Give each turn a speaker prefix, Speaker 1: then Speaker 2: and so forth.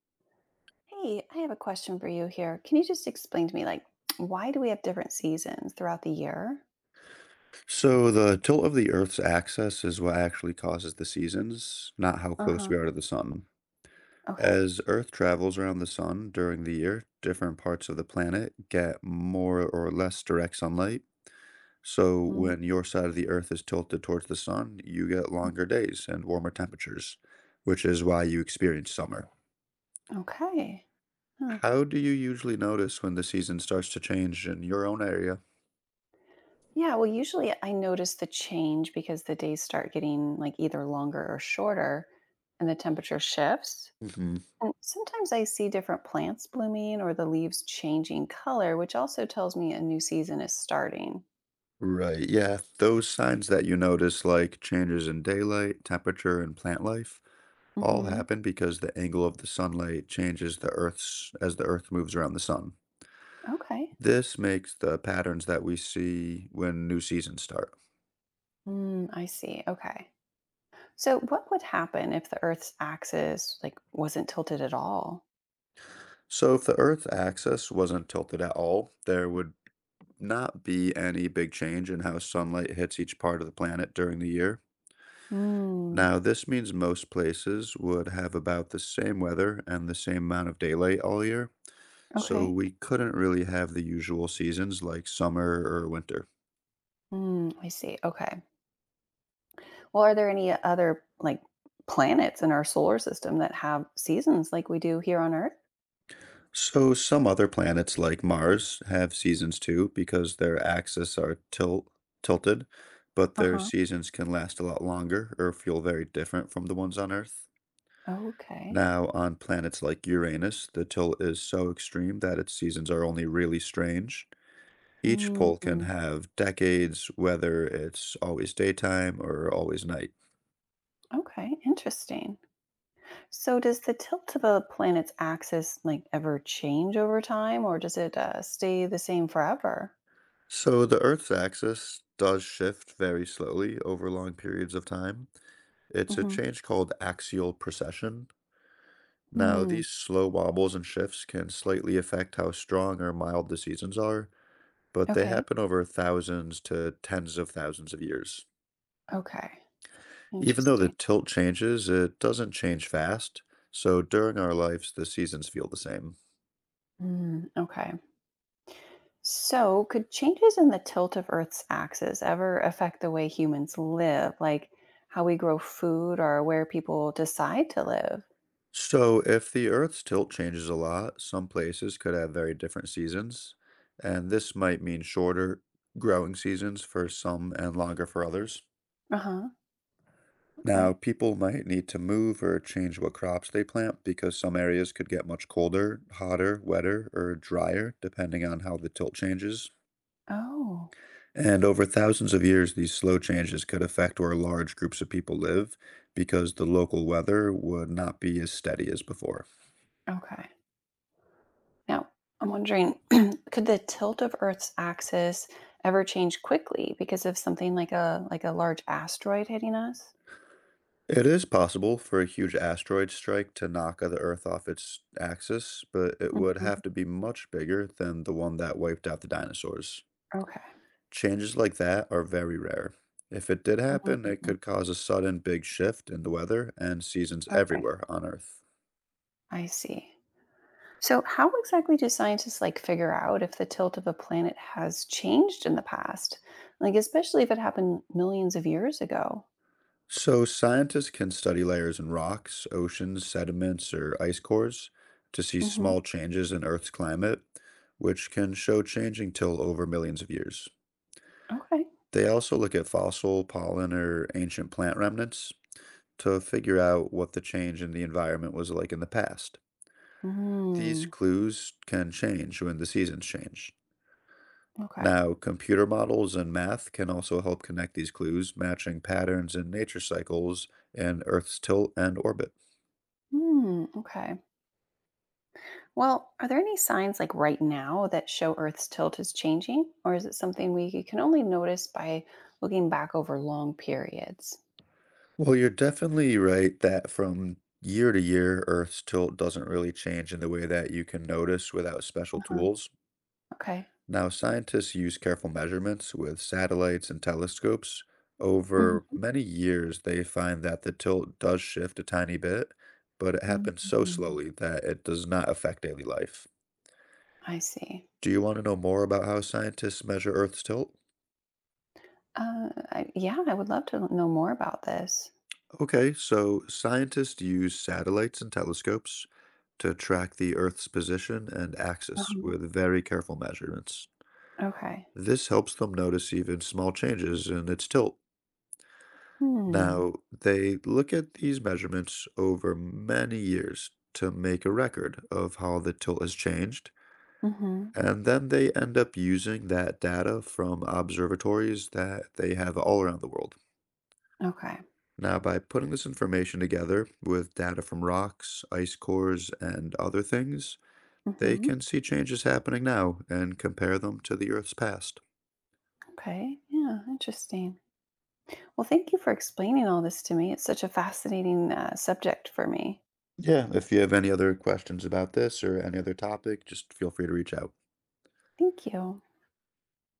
Speaker 1: Hey, I have a question for you here. Can you just explain to me, like, why do we have different seasons throughout the year?
Speaker 2: So the tilt of the Earth's axis is what actually causes the seasons, not how
Speaker 1: Uh
Speaker 2: close
Speaker 1: huh.
Speaker 2: we are to the sun.
Speaker 1: Okay.
Speaker 2: As Earth travels around the sun during the year, different parts of the planet get more or less direct sunlight. So
Speaker 1: Mm,
Speaker 2: when your side of the Earth is tilted towards the sun, you get longer days and warmer temperatures, which is why you experience summer.
Speaker 1: okay. Huh.
Speaker 2: How do you usually notice when the season starts to change in your own area?
Speaker 1: Yeah. Well, usually I notice the change because the days start getting like either longer or shorter and the temperature shifts. And sometimes I see different plants blooming or the leaves changing color, which also tells me a new season is starting.
Speaker 2: Right, yeah, those signs that you notice, like changes in daylight, temperature, and plant life,
Speaker 1: Mm
Speaker 2: all
Speaker 1: hmm.
Speaker 2: happen because the angle of the sunlight changes the Earth's as the Earth moves around the sun.
Speaker 1: Okay.
Speaker 2: This makes the patterns that we see when new seasons start.
Speaker 1: Mm, I see. Okay. So what would happen if the Earth's axis like wasn't tilted at all?
Speaker 2: So if the Earth's axis wasn't tilted at all, there would not be any big change in how sunlight hits each part of the planet during the year.
Speaker 1: Hmm.
Speaker 2: Now, this means most places would have about the same weather and the same amount of daylight all year, so
Speaker 1: Okay.
Speaker 2: we couldn't really have the usual seasons like summer or winter.
Speaker 1: Hmm. I see. Okay. Well, are there any other like planets in our solar system that have seasons like we do here on Earth?
Speaker 2: So some other planets like Mars have seasons too because their axes are tilted, but
Speaker 1: Uh
Speaker 2: their
Speaker 1: huh.
Speaker 2: seasons can last a lot longer or feel very different from the ones on Earth.
Speaker 1: Okay.
Speaker 2: Now, on planets like Uranus, the tilt is so extreme that its seasons are only really strange. Each pole can
Speaker 1: Hmm.
Speaker 2: have decades, whether it's always daytime or always night.
Speaker 1: Okay. Interesting. So does the tilt of a planet's axis like ever change over time, or does it stay the same forever?
Speaker 2: So the Earth's axis does shift very slowly over long periods of time. It's a
Speaker 1: Mm-hmm.
Speaker 2: change called axial precession. Now,
Speaker 1: Hmm.
Speaker 2: these slow wobbles and shifts can slightly affect how strong or mild the seasons are, but they
Speaker 1: Okay.
Speaker 2: happen over thousands to tens of thousands of years.
Speaker 1: Okay.
Speaker 2: Even though the
Speaker 1: Interesting.
Speaker 2: tilt changes, it doesn't change fast, so during our lives, the seasons feel the same.
Speaker 1: Mm, okay. So, could changes in the tilt of Earth's axis ever affect the way humans live, like how we grow food or where people decide to live?
Speaker 2: So, if the Earth's tilt changes a lot, some places could have very different seasons, and this might mean shorter growing seasons for some and longer for others.
Speaker 1: Uh huh.
Speaker 2: Now,
Speaker 1: Okay.
Speaker 2: people might need to move or change what crops they plant because some areas could get much colder, hotter, wetter, or drier, depending on how the tilt changes.
Speaker 1: Oh,
Speaker 2: And over thousands of years, these slow changes could affect where large groups of people live because the local weather would not be as steady as before.
Speaker 1: okay. Now, I'm wondering could the tilt of Earth's axis ever change quickly because of something like a large asteroid hitting us?
Speaker 2: It is possible for a huge asteroid strike to knock the Earth off its axis, but it would
Speaker 1: Hmm.
Speaker 2: have to be much bigger than the one that wiped out the dinosaurs.
Speaker 1: Okay.
Speaker 2: Changes like that are very rare. If it did happen, it
Speaker 1: Mhm.
Speaker 2: could cause a sudden big shift in the weather and seasons
Speaker 1: Okay.
Speaker 2: everywhere on Earth.
Speaker 1: I see. So, how exactly do scientists like figure out if the tilt of a planet has changed in the past? Like, especially if it happened millions of years ago.
Speaker 2: So, scientists can study layers in rocks, oceans, sediments, or ice cores to see
Speaker 1: Hmm.
Speaker 2: small changes in Earth's climate, which can show changing till over millions of years.
Speaker 1: Okay.
Speaker 2: They also look at fossil, pollen, or ancient plant remnants to figure out what the change in the environment was like in the past. These
Speaker 1: Mm,
Speaker 2: clues can change when the seasons change.
Speaker 1: okay.
Speaker 2: Now, computer models and math can also help connect these clues, matching patterns in nature cycles and Earth's tilt and orbit.
Speaker 1: Hmm. Okay. Well, are there any signs like right now that show Earth's tilt is changing, or is it something we can only notice by looking back over long periods?
Speaker 2: Well, you're definitely right that from year to year, Earth's tilt doesn't really change in the way that you can notice without special
Speaker 1: Uh-huh.
Speaker 2: tools.
Speaker 1: Okay.
Speaker 2: Now, scientists use careful measurements with satellites and telescopes. Over
Speaker 1: Mhm.
Speaker 2: many years, they find that the tilt does shift a tiny bit, but it happens so
Speaker 1: Mhm.
Speaker 2: slowly that it does not affect daily life.
Speaker 1: I see.
Speaker 2: Do you want to know more about how scientists measure Earth's tilt?
Speaker 1: Yeah, I would love to know more about this.
Speaker 2: Okay, so scientists use satellites and telescopes to track the Earth's position and axis with very careful measurements.
Speaker 1: Okay.
Speaker 2: This helps them notice even small changes in its tilt.
Speaker 1: Hmm.
Speaker 2: Now, they look at these measurements over many years to make a record of how the tilt has changed,
Speaker 1: Mhm.
Speaker 2: and then they end up using that data from observatories that they have all around the world.
Speaker 1: Okay.
Speaker 2: Now, by putting this information together with data from rocks, ice cores, and other things, they
Speaker 1: Mhm.
Speaker 2: can see changes happening now and compare them to the Earth's past.
Speaker 1: Okay. Yeah, interesting. Well, thank you for explaining all this to me. It's such a fascinating subject for me.
Speaker 2: Yeah, if you have any other questions about this or any other topic, just feel free to reach out.
Speaker 1: Thank you.